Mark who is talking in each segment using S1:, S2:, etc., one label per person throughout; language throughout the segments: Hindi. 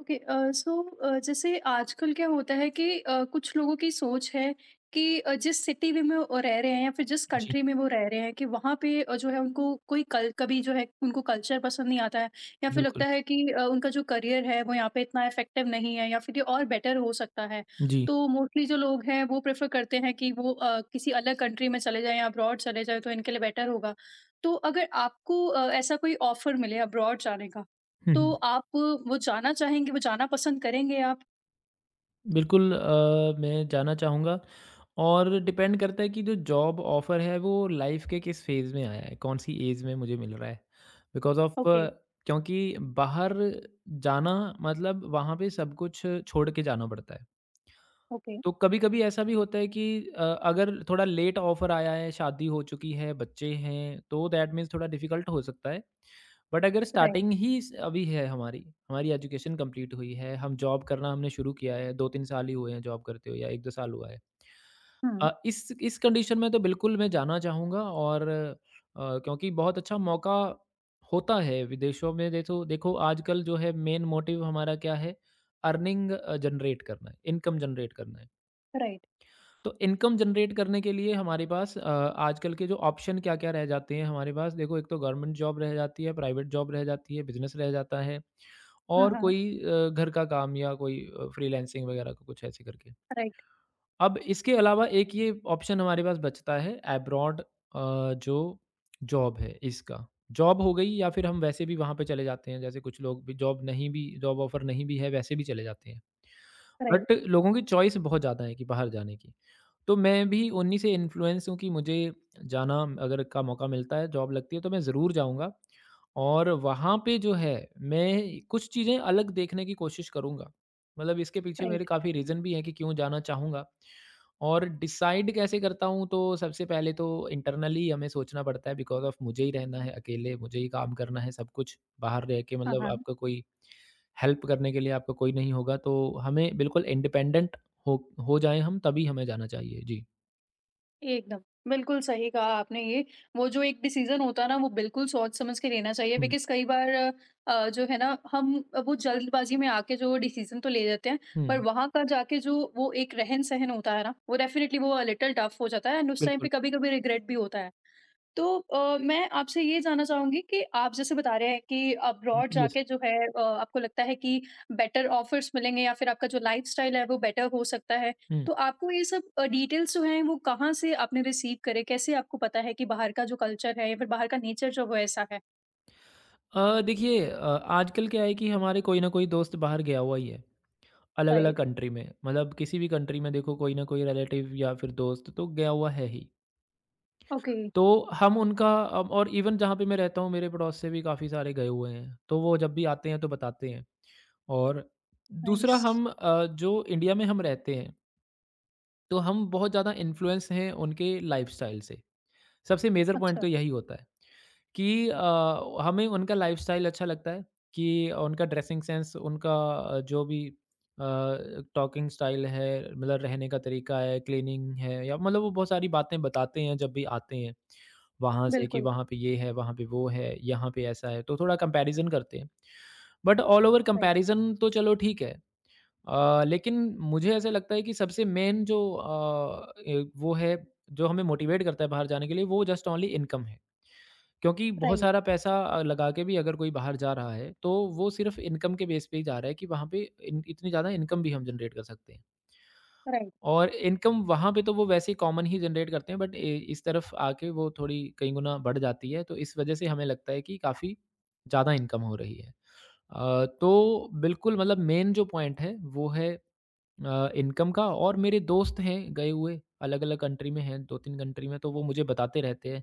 S1: ओके, सो जैसे आजकल क्या होता है कि कुछ लोगों की सोच है कि जिस सिटी में वो रह रहे हैं या फिर जिस
S2: जी।
S1: कंट्री में वो रह रहे हैं कि वहाँ पे जो है उनको कोई कल कभी जो है उनको कल्चर पसंद नहीं आता है। या फिर
S2: बिल्कुल।
S1: लगता है कि उनका जो करियर है वो यहाँ पे इतना इफेक्टिव नहीं है, या फिर ये और बेटर हो सकता है।
S2: जी।
S1: तो मोस्टली जो लोग हैं वो प्रेफर करते हैं कि वो किसी अलग कंट्री में चले जाएं या अब्रॉड चले जाएं, तो इनके लिए बेटर होगा। तो अगर आपको ऐसा कोई ऑफर मिले अब्रॉड जाने का,
S2: हुँ,
S1: तो
S2: हुँ।
S1: आप वो जाना चाहेंगे, वो जाना पसंद करेंगे आप?
S2: बिल्कुल, मैं जानना चाहूँगा और डिपेंड करता है कि जो जॉब ऑफ़र है वो लाइफ़ के किस फ़ेज़ में आया है, कौन-सी एज में मुझे मिल रहा है। Because of
S1: okay.
S2: क्योंकि बाहर जाना मतलब वहाँ पे सब कुछ छोड़ के जाना पड़ता है।
S1: ओके।
S2: तो कभी-कभी ऐसा भी होता है कि अगर थोड़ा लेट ऑफ़र आया है, शादी हो चुकी है, बच्चे हैं, तो दैट मीन्स थोड़ा डिफ़िकल्ट हो सकता है। बट अगर
S1: राइट।
S2: स्टार्टिंग ही स अभी है हमारी, हमारी एजुकेशन कंप्लीट हुई है, हम जॉब करना हमने शुरू किया है, 2-3 साल ही हुए हैं जॉब करते हुए या 1-2 साल हुआ है।
S1: हुँ।
S2: इस कंडीशन में तो बिल्कुल मैं जाना चाहूँगा और क्योंकि बहुत अच्छा मौका होता है विदेशों में, देखो देखो आजकल जो है मेन मोटिव हमारा क्या है, अर्निंग जनरेट करना है, इनकम जनरेट करना है।
S1: राइट।
S2: तो इनकम जनरेट करने के लिए हमारे पास आजकल के जो ऑप्शन क्या-क्या रह जाते हैं हमारे पास, देखो एक तो गवर्नमेंट जॉब रह जाती है, प्राइवेट जॉब रह जाती है, बिज़नेस रह जाता है
S1: हाँ,
S2: और
S1: हाँ।
S2: कोई घर का काम या कोई फ्रीलांसिंग वगैरह का कुछ ऐसे करके।
S1: राइट।
S2: अब इसके अलावा एक ये ऑप्शन हमारे पास बचता है अब्रॉड जो जॉब है इसका। जॉब हो गई या फिर हम वैसे भी वहाँ पे चले जाते हैं, जैसे कुछ लोग भी जॉब नहीं भी, जॉब ऑफ़र नहीं भी है वैसे भी चले जाते हैं।
S1: राइट।
S2: बट लोगों की चॉइस बहुत ज़्यादा है कि बाहर जाने की। तो मैं भी उन्हीं से इन्फ्लुएंस हूँ कि मुझे जाना अगर का मौका मिलता है, जॉब लगती है तो मैं ज़रूर जाऊँगा। और वहाँ पे जो है, मैं कुछ चीज़ें अलग देखने की कोशिश करूँगा। मतलब इसके पीछे मेरे
S1: राइट।
S2: काफ़ी रीज़न भी हैं कि क्यों जाना चाहूँगा। और डिसाइड कैसे करता हूँ तो सबसे पहले तो इंटरनली हमें सोचना पड़ता है, बिकॉज़ ऑफ़ मुझे ही रहना है अकेले, मुझे ही काम करना है सब कुछ। बाहर रह के
S1: हाँ,
S2: मतलब
S1: हाँ।
S2: आपका कोई हेल्प करने के लिए आपका कोई नहीं होगा, तो हमें बिल्कुल इंडिपेंडेंट हो हो जाएँ हम तभी हमें जाना चाहिए। जी।
S1: एकदम, बिल्कुल सही कहा आपने ये। वो जो एक डिसीज़न होता है ना, वो बिल्कुल सोच-समझ के लेना चाहिए,
S2: हुँ,
S1: बिकॉज़ कई बार जो है ना, हम वो जल्दबाज़ी में आके जो डिसीज़न तो ले लेते हैं, पर
S2: हुँ,
S1: वहाँ का जाके जो वो एक रहन-सहन होता है ना, वो डेफ़िनिटली वो लिटिल टफ हो जाता है, एंड उस टाइम पे
S2: बिल्कुल।
S1: कभी-कभी रिग्रेट भी होता है। तो मैं आपसे ये जानना चाहूँगी कि आप जैसे बता रहे हैं कि अब्रॉड
S2: यस,
S1: जाके जो है आपको लगता है कि बेटर ऑफ़र्स मिलेंगे या फिर आपका जो लाइफ़स्टाइल है वो बेटर हो सकता है।
S2: हुँ।
S1: तो आपको ये सब डिटेल्स जो हैं वो कहाँ से आपने रिसीव करे? कैसे आपको पता है कि बाहर का जो कल्चर है या फिर बाहर का नेचर जो वो ऐसा है?
S2: देखिए, आजकल क्या है कि हमारे कोई ना कोई दोस्त बाहर गया हुआ ही है, अलग-अलग
S1: राइट।
S2: कंट्री में। मतलब किसी भी कंट्री में देखो कोई ना कोई रिलेटिव या फिर दोस्त तो गया हुआ है ही।
S1: ओके।
S2: तो हम उनका, अब और इवन जहाँ पे मैं रहता हूँ मेरे पड़ोस से भी काफ़ी सारे गए हुए हैं, तो वो जब भी आते हैं तो बताते हैं। और दूसरा
S1: नाइस।
S2: हम जो इंडिया में हम रहते हैं, तो हम बहुत ज़्यादा इन्फ्लुएंस हैं उनके लाइफ़स्टाइल से। सबसे मेजर पॉइंट
S1: अच्छा।
S2: तो यही होता है। कि हमें उनका लाइफ़स्टाइल अच्छा लगता है कि उनका ड्रेसिंग सेंस, उनका जो भी अ, टॉकिंग स्टाइल है, मतलब रहने का तरीका है, क्लीनिंग है, या मतलब वो बहुत सारी बातें बताते हैं जब भी आते हैं वहाँ से कि
S1: बिल्कुल।
S2: वहाँ पे ये है, वहाँ पे वो है, यहाँ पे ऐसा है, तो थोड़ा कंपैरिज़न करते हैं। But all over
S1: right.
S2: Comparison तो चलो ठीक है, लेकिन मुझे ऐसा लगता है कि सबसे मेन जो ए वो है, जो हमें मोटिवेट करता है बाहर जाने के लिए, वो जस्ट ओनली इनकम है। क्योंकि बहुत
S1: राइट।
S2: सारा पैसा लगा के भी अगर कोई बाहर जा रहा है, तो वो सिर्फ़ इनकम के बेस पे ही जा रहा है कि वहाँ पे इन इतनी ज़्यादा इनकम भी हम जनरेट कर सकते हैं।
S1: राइट।
S2: और इनकम वहाँ पे तो वो वैसे ही कॉमन ही जनरेट करते हैं, बट ए इस तरफ आके वो थोड़ी कई गुना बढ़ जाती है, तो इस वजह से हमें लगता है कि काफ़ी ज़्यादा इनकम हो रही है। तो बिल्कुल मतलब मेन जो पॉइंट है वो है इनकम का। और मेरे दोस्त हैं गए हुए अलग-अलग कंट्री में हैं, 2-3 कंट्री में, तो वो मुझे बताते रहते हैं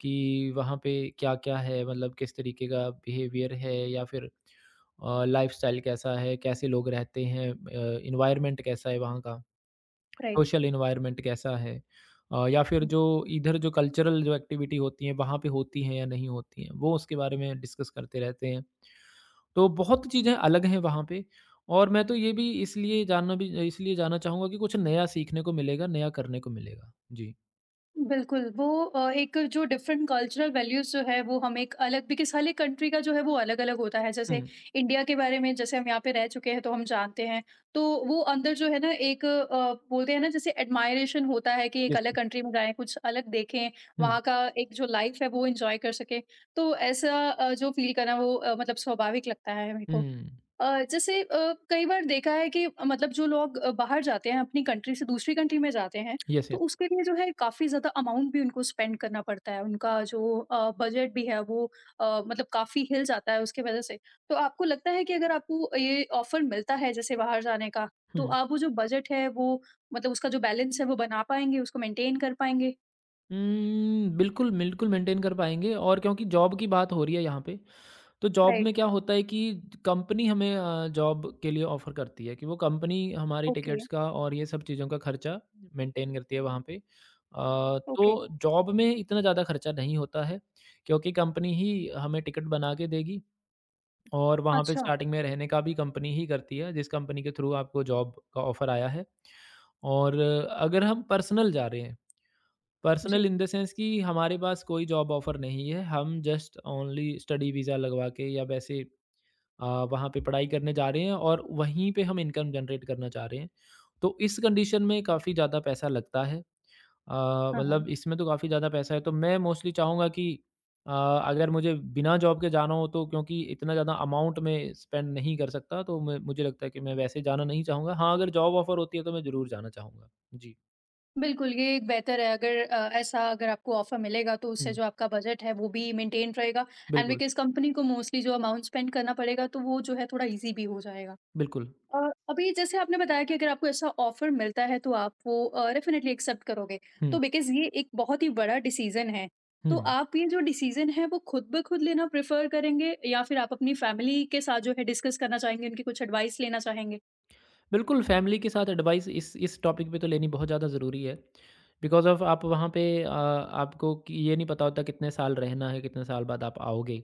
S2: कि वहाँ पे क्या-क्या है, मतलब किस तरीके का बिहेवियर है या फिर लाइफ़स्टाइल कैसा है, कैसे लोग रहते हैं, एनवायरनमेंट कैसा है वहाँ का,
S1: राइट।
S2: सोशल एनवायरनमेंट कैसा है, या फिर जो इधर जो कल्चरल जो एक्टिविटी होती हैं वहाँ पे होती हैं या नहीं होती हैं, वो उसके बारे में डिस्कस करते रहते हैं। तो बहुत चीज़ें अलग हैं वहाँ पे और मैं तो ये भी इसलिए जानना भी इसलिए जाना चाहूँगा कि कुछ नया सीखने को मिलेगा, नया करने को मिलेगा। जी।
S1: बिल्कुल, वो एक जो डिफरेंट कल्चरल वैल्यूज़ जो है वो हम एक अलग बिकॉज़ हर एक कंट्री का जो है वो अलग-अलग होता है। जैसे
S2: हुँ।
S1: इंडिया के बारे में जैसे हम यहाँ पे रह चुके हैं, तो हम जानते हैं। तो वो अंदर जो है ना एक बोलते हैं ना जैसे एडमायरेशन होता है कि एक
S2: यस।
S1: अलग कंट्री में जाएँ, कुछ अलग देखें,
S2: हुँ,
S1: वहाँ का एक जो लाइफ़ है वो एन्जॉय कर सकें। तो ऐसा जो फ़ील करना वो मतलब स्वाभाविक लगता है मेरे को।
S2: हुँ।
S1: जैसे कई बार देखा है कि मतलब जो लोग बाहर जाते हैं अपनी कंट्री से दूसरी कंट्री में जाते हैं,
S2: यस,
S1: तो
S2: यस।
S1: उसके लिए जो है काफ़ी ज़्यादा अमाउंट भी उनको स्पेंड करना पड़ता है। उनका जो बजट भी है वो मतलब काफ़ी हिल जाता है उसकी वज़ह से। तो आपको लगता है कि अगर आपको ये ऑफ़र मिलता है जैसे बाहर जाने का, तो
S2: हुँ।
S1: आप वो जो बजट है वो मतलब उसका जो बैलेंस है वो बना पाएँगे, उसको मेंटेन कर पाएँगे?
S2: बिल्कुल, बिल्कुल मेंटेन कर पाएँगे, और क्योंकि जॉब की बात हो रही है यहाँ पे, तो जॉब
S1: राइट।
S2: में क्या होता है कि कंपनी हमें जॉब के लिए ऑफ़र करती है कि वो कंपनी हमारी
S1: ओके।
S2: टिकट्स का और ये सब चीज़ों का खर्चा मेंटेन करती है वहाँ पे।
S1: ओके।
S2: तो जॉब में इतना ज़्यादा खर्चा नहीं होता है क्योंकि कंपनी ही हमें टिकट बना के देगी और वहाँ पे
S1: अच्छा।
S2: स्टार्टिंग में रहने का भी कंपनी ही करती है, जिस कंपनी के थ्रू आपको जॉब का ऑफ़र आया है। और अगर हम पर्सनल जा रहे हैं, पर्सनल
S1: जी।
S2: इन द सेंस कि हमारे पास कोई जॉब ऑफर नहीं है। हम जस्ट ओनली स्टडी वीज़ा लगवा के या वैसे अ, वहाँ पे पढ़ाई करने जा रहे हैं और वहीं पे हम इनकम जनरेट करना चाह रहे हैं। तो इस कंडीशन में काफ़ी ज़्यादा पैसा लगता है। अ,
S1: हाँ, हाँ।
S2: मतलब इसमें तो काफ़ी ज़्यादा पैसा है तो मैं मोस्टली चाहूँगा कि अगर मुझे बिना जॉब के जाना हो तो क्योंकि इतना ज़्यादा अमाउंट मैं स्पेंड नहीं कर सकता, तो मैं मुझे लगता है कि मैं वैसे जाना नहीं चाहूँगा। हाँ, अगर जॉब ऑफर होती है तो मैं ज़रूर जाना चाहूँगा। जी।
S1: बिल्कुल, ये एक बेहतर है अगर ऐसा अगर आपको ऑफ़र मिलेगा, तो उससे
S2: हुँ,
S1: जो आपका बजट है वो भी मेंटेन रहेगा, एंड
S2: बिल्कुल,
S1: बिकॉज़ कंपनी को मोस्टली जो अमाउंट स्पेंड करना पड़ेगा, तो वो जो है थोड़ा ईज़ी भी हो जाएगा।
S2: बिल्कुल।
S1: अ, अभी जैसे आपने बताया कि अगर आपको ऐसा ऑफ़र मिलता है, तो आप वो डेफ़िनिटली एक्सेप्ट करोगे।
S2: हुँ,
S1: तो बिकॉज़ ये एक बहुत ही बड़ा डिसीज़न है। तो
S2: हुँ।
S1: आप ये जो डिसीज़न है वो खुद-ब-खुद लेना प्रेफ़र करेंगे या फिर आप अपनी फैमिली के साथ जो है डिस्कस करना चाहेंगे, उनकी कुछ एडवाइस लेना चाहेंगे?
S2: बिल्कुल, फैमिली के साथ एडवाइस इस टॉपिक पे तो लेनी बहुत ज़्यादा ज़रूरी है। बिकॉज़ ऑफ़ आप वहाँ पे आपको कि ये नहीं पता होता कितने साल रहना है, कितने साल बाद आप आओगे।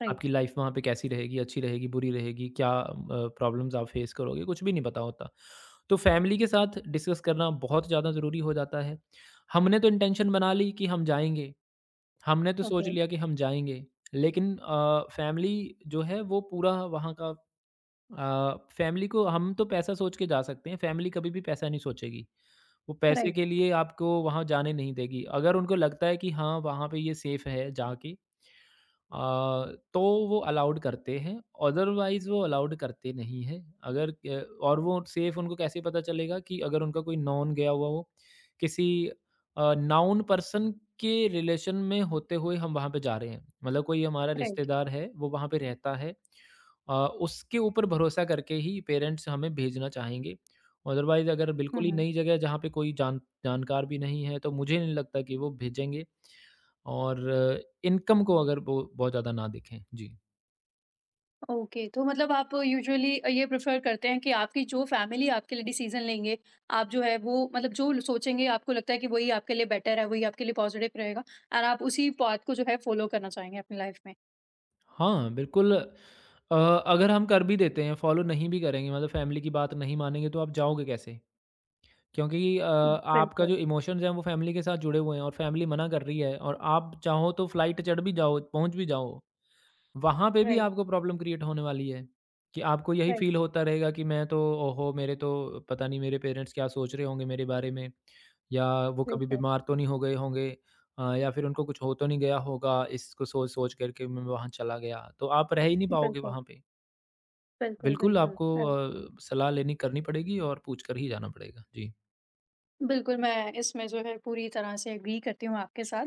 S1: राइट।
S2: आपकी लाइफ़ वहाँ पे कैसी रहेगी, अच्छी रहेगी, बुरी रहेगी, क्या प्रॉब्लम्स आप फ़ेस करोगे, कुछ भी नहीं पता होता। तो फैमिली के साथ डिस्कस करना बहुत ज़्यादा ज़रूरी हो जाता है। हमने तो इंटेंशन बना ली कि हम जाएँगे, हमने तो
S1: ओके।
S2: सोच लिया कि हम जाएँगे, लेकिन फैमिली जो है वो पूरा वहाँ का अ, फैमिली को हम तो पैसा सोच के जा सकते हैं, फैमिली कभी भी पैसा नहीं सोचेगी। वो पैसे
S1: राइट।
S2: के लिए आपको वहाँ जाने नहीं देगी। अगर उनको लगता है कि हाँ, वहाँ पे ये सेफ़ है जाके अ, तो वो अलाउड करते हैं, अदरवाइज़ वो अलाउड करते नहीं हैं। अगर अ, और वो सेफ़ उनको कैसे पता चलेगा, कि अगर उनका कोई नॉन गया हुआ हो, किसी नाउन पर्सन के रिलेशन में होते हुए हम वहाँ पे जा रहे हैं। मतलब कोई हमारा
S1: राइट।
S2: रिश्तेदार है, वो वहाँ पे रहता है। अ, उसके ऊपर भरोसा करके ही पेरेंट्स हमें भेजना चाहेंगे। अदरवाइज़ अगर
S1: हुँ,
S2: बिल्कुल ही
S1: हुँ।
S2: नई जगह है जहाँ पे कोई जानकार भी नहीं है तो मुझे नहीं लगता कि वो भेजेंगे और इनकम को अगर वो बहुत ज़्यादा ना देखें। जी।
S1: ओके, तो मतलब आप यूजुअली ये प्रेफ़र करते हैं कि आपकी जो फैमिली आपके लिए डिसीज़न लेंगे, आप जो है वो मतलब जो सोचेंगे आपको लगता है कि वही आपके लिए बेटर है, वही आपके लिए पॉज़िटिव रहेगा, एंड आप उसी पाथ को जो है फ़ॉलो करना चाहेंगे अपनी लाइफ़ में।
S2: हाँ, बिल्कुल, अगर हम कर भी देते हैं, फ़ॉलो नहीं भी करेंगे, मतलब फैमिली की बात नहीं मानेंगे तो आप जाओगे कैसे? क्योंकि आपका जो
S1: बिल्कुल।
S2: इमोशंस हैं वो फैमिली के साथ जुड़े हुए हैं, और फैमिली मना कर रही है और आप चाहो तो फ्लाइट चढ़ भी जाओ, पहुँच भी जाओ। वहाँ पे भी
S1: राइट।
S2: आपको प्रॉब्लम क्रिएट होने वाली है, कि आपको यही
S1: राइट।
S2: फ़ील होता रहेगा कि मैं तो ओहो! मेरे तो पता नहीं मेरे पेरेंट्स क्या सोच रहे होंगे मेरे बारे में या वो कभी
S1: बिल्कुल।
S2: बीमार तो नहीं हो गए होंगे या फिर उनको कुछ हो तो नहीं गया होगा, इसको सोच-सोच करके मैं वहाँ चला गया। तो आप रह ही नहीं पाओगे
S1: बिल्कुल।
S2: वहाँ पे।
S1: बिल्कुल।
S2: बिल्कुल
S1: बिल्कुल।
S2: आपको
S1: अ
S2: सलाह लेनी करनी पड़ेगी और पूछ कर ही जाना पड़ेगा। जी।
S1: बिल्कुल, मैं इसमें जो है पूरी तरह से एग्री करती हूँ आपके साथ।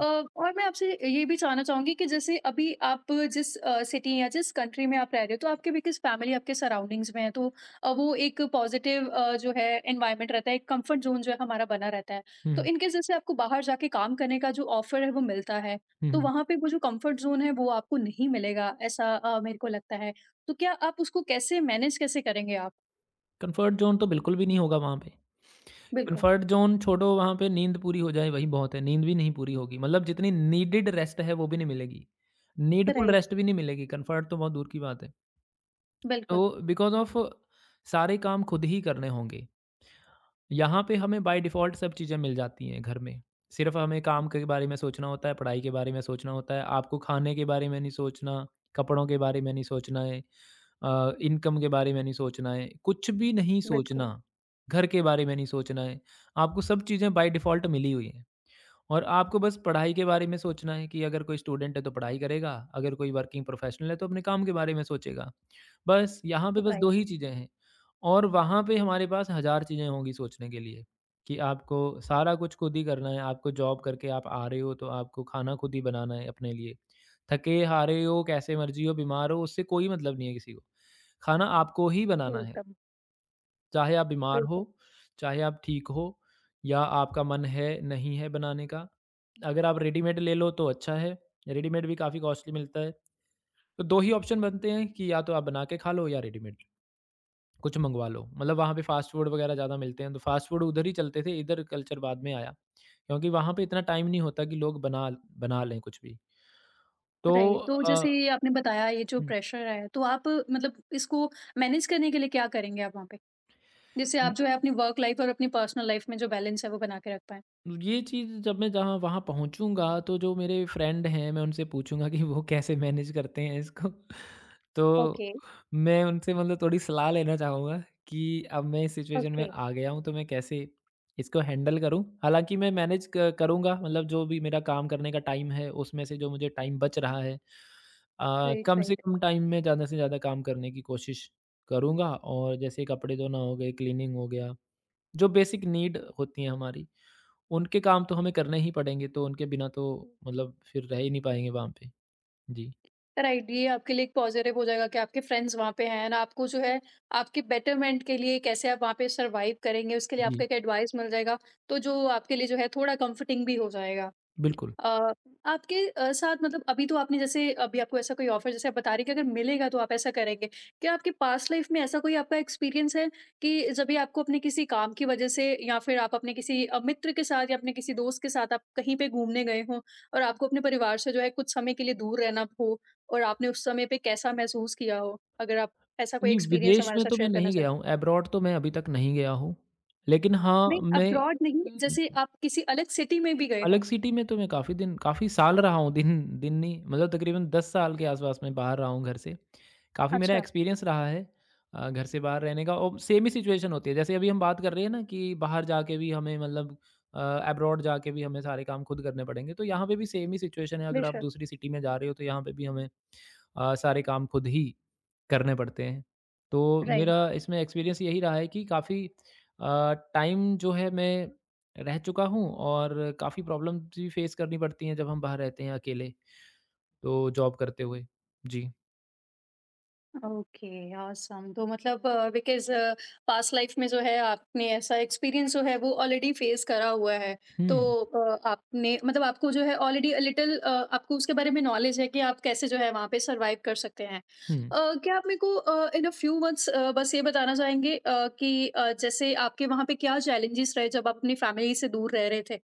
S1: और मैं आपसे ये भी जानना चाहूँगी कि जैसे अभी आप जिस सिटी या जिस कंट्री में आप रह रहे हो, तो आपके भी किस फैमिली आपके सराउंडिंग्स में है, तो वो एक पॉज़िटिव जो है एनवायरनमेंट रहता है, एक कंफ़र्ट ज़ोन जो है हमारा बना रहता है। तो
S2: हुँ,
S1: इन केस जैसे आपको बाहर जाके काम करने का जो ऑफ़र है, वो मिलता है,
S2: हुँ,
S1: तो
S2: हुँ।
S1: वहाँ पे वो जो कंफ़र्ट ज़ोन है, वो आपको नहीं मिलेगा, ऐसा मेरे को लगता है। तो क्या आप उसको कैसे मैनेज कैसे करेंगे आप?
S2: कम्फ़र्ट ज़ोन तो बिल्कुल भी नहीं होगा वहाँ पे।
S1: बिल्कुल।
S2: कंफर्ट ज़ोन छोड़ो वहाँ पे नींद पूरी हो जाए वही बहुत है, नींद भी नहीं पूरी होगी मतलब जितनी नीडेड रेस्ट है वो भी नहीं मिलेगी। Needful
S1: right.
S2: रेस्ट भी नहीं मिलेगी, कंफर्ट तो बहुत दूर की बात है।
S1: बिल्कुल।
S2: तो बिकॉज़ ऑफ सारे काम खुद ही करने होंगे। यहाँ पे हमें बाय डिफ़ॉल्ट सब चीज़ें मिल जाती हैं घर में। सिर्फ़ हमें काम के बारे में सोचना होता है, पढ़ाई के बारे में सोचना होता है, आपको खाने के बारे में नहीं सोचना, कपड़ों के बारे में नहीं सोचना है। इनकम के बारे में नहीं सोचना है, कुछ भी नहीं
S1: बिल्कुल।
S2: सोचना, घर के बारे में नहीं सोचना है, आपको सब चीज़ें बाय डिफ़ॉल्ट मिली हुई हैं। और आपको बस पढ़ाई के बारे में सोचना है कि अगर कोई स्टूडेंट है तो पढ़ाई करेगा, अगर कोई वर्किंग प्रोफ़ेशनल है तो अपने काम के बारे में सोचेगा। बस यहाँ पे बस 2
S1: राइट।
S2: ही चीज़ें हैं और वहाँ पे हमारे पास हज़ार चीज़ें होंगी सोचने के लिए कि आपको सारा कुछ खुद ही करना है। आपको जॉब करके आप आ रहे हो तो आपको खाना खुद ही बनाना है अपने लिए। थके-हारे हो, कैसे मर्ज़ी हो, बीमार हो उससे कोई मतलब नहीं है किसी को। खाना आपको ही बनाना है।
S1: एकदम।
S2: चाहे आप बीमार हो,
S1: बिल्कुल।
S2: चाहे आप ठीक हो या आपका मन है, नहीं है बनाने का। अगर आप रेडीमेड ले लो तो अच्छा है, रेडीमेड भी काफ़ी कॉस्टली मिलता है। तो 2 ही ऑप्शन बनते हैं कि या तो आप बना के खा लो या रेडीमेड कुछ मँगवा लो। मतलब वहाँ पे फास्ट फूड वग़ैरह ज़्यादा मिलते हैं, तो फास्ट फूड उधर ही चलते थे, इधर कल्चर बाद में आया। क्योंकि वहाँ पे इतना टाइम नहीं होता कि लोग बना बना लें कुछ भी। तो
S1: राइट। तो
S2: अ,
S1: जैसे ये आपने बताया ये जो
S2: हुँ।
S1: प्रेशर है, तो आप मतलब इसको मैनेज करने के लिए क्या करेंगे आप वहाँ पे? जिससे आप जो है अपनी वर्क लाइफ़ और अपनी पर्सनल लाइफ़ में जो बैलेंस है वो बना के रख पाएँ?
S2: ये चीज़ जब मैं जहाँ वहाँ पहुँचूँगा तो जो मेरे फ्रेंड हैं मैं उनसे पूछूँगा कि वो कैसे मैनेज करते हैं इसको। तो
S1: ओके।
S2: मैं उनसे मतलब थोड़ी सलाह लेना चाहूँगा कि अब मैं इस सिचुएशन
S1: ओके।
S2: में आ गया हूँ तो मैं कैसे इसको हैंडल करूँ। हालाँकि मैं मैनेज क करूँगा मतलब जो भी मेरा काम करने का टाइम है उसमें से जो मुझे टाइम बच रहा है
S1: राइट।
S2: कम से
S1: राइट।
S2: कम टाइम में ज़्यादा से ज़्यादा काम करने की कोशिश करूँगा और जैसे कपड़े धोना हो गए, क्लीनिंग हो गया, जो बेसिक नीड होती है हमारी उनके काम तो हमें करने ही पड़ेंगे, तो उनके बिना तो मतलब फिर रह ही नहीं पाएँगे वहाँ पे। जी,
S1: राइट, ये आपके लिए एक पॉज़िटिव हो जाएगा कि आपके फ्रेंड्स वहाँ पे हैं, एंड आपको जो है आपके बेटरमेंट के लिए कैसे आप वहाँ पे सर्वाइव करेंगे उसके लिए आपको
S2: जी,
S1: एक एडवाइस मिल जाएगा, तो जो आपके लिए जो है थोड़ा कम्फर्टिंग भी हो जाएगा।
S2: बिल्कुल।
S1: अ, आपके साथ मतलब अभी तो आपने जैसे अभी आपको ऐसा कोई ऑफर जैसे आप बता रहे कि अगर मिलेगा, तो आप ऐसा करेंगे। क्या आपकी पास्ट लाइफ में ऐसा कोई आपका एक्सपीरियंस है कि जब भी आपको अपने किसी काम की वजह से या फिर आप अपने किसी मित्र के साथ या अपने किसी दोस्त के साथ आप कहीं पे घूमने गए हों, और आपको अपने परिवार से जो है कुछ समय के लिए दूर रहना हो, और आपने उस समय पे कैसा महसूस किया हो? अगर आप ऐसा कोई
S2: नहीं,
S1: एक्सपीरियंस
S2: विदेश
S1: हमारे
S2: में
S1: साथ
S2: तो मैं
S1: शेयर करना
S2: नहीं
S1: चाहें।
S2: गया हूँ, अब्रॉड तो मैं अभी तक नहीं गया हूँ। लेकिन
S1: नहीं,
S2: हाँ, मैं
S1: अब्रॉड नहीं, जैसे आप किसी अलग सिटी में भी गए हों।
S2: अलग सिटी में तो मैं काफ़ी दिन काफ़ी साल रहा हूँ, दिन दिन नहीं मतलब तकरीबन 10 साल के आस-पास मैं बाहर रहा हूँ घर से। काफ़ी मेरा
S1: अच्छा।
S2: एक्सपीरियंस रहा है घर से बाहर रहने का और सेम ही सिचुएशन होती है। जैसे अभी हम बात कर रहे हैं ना कि बाहर जाके भी हमें मतलब अब्रॉड जाके भी हमें सारे काम खुद करने पड़ेंगे, तो यहाँ पे भी सेम ही सिचुएशन है। अगर आप
S1: बेशक।
S2: दूसरी सिटी में जा रहे हो, तो यहाँ पे भी हमें सारे काम खुद ही करने पड़ते हैं। तो
S1: राइट।
S2: मेरा इसमें एक्सपीरियंस यही रहा है कि काफ़ी टाइम जो है मैं रह चुका हूँ और काफ़ी प्रॉब्लम्स भी फेस करनी पड़ती हैं जब हम बाहर रहते हैं अकेले, तो जॉब करते हुए। जी।
S1: Okay, awesome. तो मतलब बिकॉज पास्ट लाइफ में जो है आपने ऐसा एक्सपीरियंस जो है वो ऑलरेडी फेस करा हुआ है, तो
S2: हुँ,
S1: आपने मतलब आपको जो है ऑलरेडी लिटिल आपको उसके बारे में नॉलेज है कि आप कैसे जो है वहाँ पे सरवाइव कर सकते हैं।
S2: हुँ।
S1: क्या आप मेरे को इन अ फ्यू मंथ्स बस ये बताना चाहेंगे कि जैसे आपके वहाँ पे क्या चैलेंजेस रहे जब आप अपनी फैमिली से दूर रह रहे थे?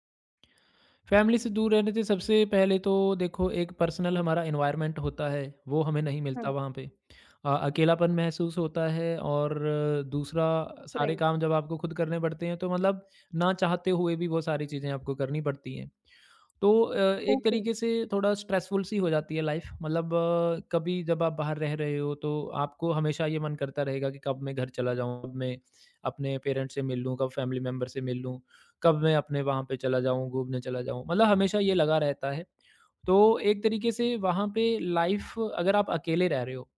S2: फैमिली से दूर रहने से सबसे पहले तो देखो एक पर्सनल हमारा एनवायरनमेंट होता है, वो हमें नहीं मिलता
S1: हाँ।
S2: वहाँ पे। अकेलापन महसूस होता है और दूसरा सारे
S1: राइट।
S2: काम जब आपको खुद करने पड़ते हैं, तो मतलब ना चाहते हुए भी वो सारी चीज़ें आपको करनी पड़ती हैं। तो एक
S1: ओके।
S2: तरीके से थोड़ा स्ट्रेसफुल सी हो जाती है लाइफ मतलब कभी जब आप बाहर रह रहे हो तो आपको हमेशा ये मन करता रहेगा कि कब मैं घर चला जाऊँ कब मैं अपने पेरेंट्स से मिल लूँ कब फैमिली मेम्बर से मिल लूँ कब मैं अपने वहाँ पे चला जाऊँ घूमने चला जाऊँ मतलब हमेशा ये लगा रहता है तो एक तरीके से वहाँ पे लाइफ अगर आप अकेले रह रहे हो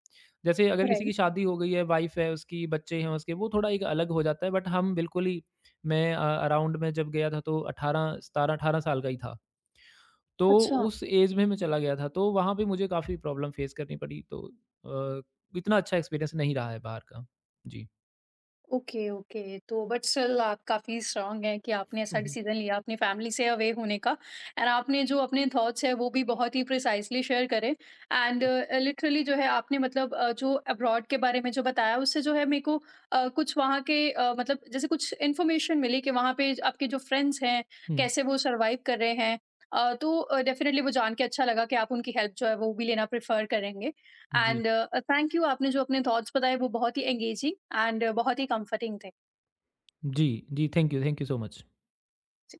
S2: जैसे अगर किसी
S1: राइट।
S2: की शादी हो गई है वाइफ है उसकी बच्चे हैं उसके वो थोड़ा एक अलग हो जाता है बट हम बिल्कुल ही मैं अराउंड में जब गया था तो अठारह साल का ही था तो
S1: अच्छा।
S2: उस एज में मैं चला गया था, तो वहाँ पे मुझे काफ़ी प्रॉब्लम फेस करनी पड़ी, तो अ, इतना अच्छा एक्सपीरियंस नहीं रहा है बाहर का। जी।
S1: ओके। ओके। तो बट स्टिल आप काफ़ी स्ट्रॉन्ग हैं कि आपने ऐसा
S2: हुँ, हुँ।
S1: डिसीज़न लिया अपनी फैमिली से अवे होने का, एंड आपने जो अपने थॉट्स हैं वो भी बहुत ही प्रिसाइज़ली शेयर करे, एंड
S2: जी।
S1: लिटरली जो है आपने मतलब जो अब्रॉड के बारे में जो बताया उससे जो है मेरे को कुछ वहाँ के मतलब जैसे कुछ इन्फॉर्मेशन मिली कि वहाँ पे आपके जो फ्रेंड्स हैं,
S2: हुँ,
S1: कैसे वो सर्वाइव कर रहे हैं। तो डेफ़िनिटली वो जान के अच्छा लगा कि आप उनकी हेल्प जो है वो भी लेना प्रेफ़र करेंगे।
S2: जी।
S1: एंड थैंक यू, आपने जो अपने थॉट्स बताए वो बहुत ही एंगेजिंग एंड बहुत ही कंफर्टिंग थे।
S2: जी, जी, thank you so much.
S1: Ji.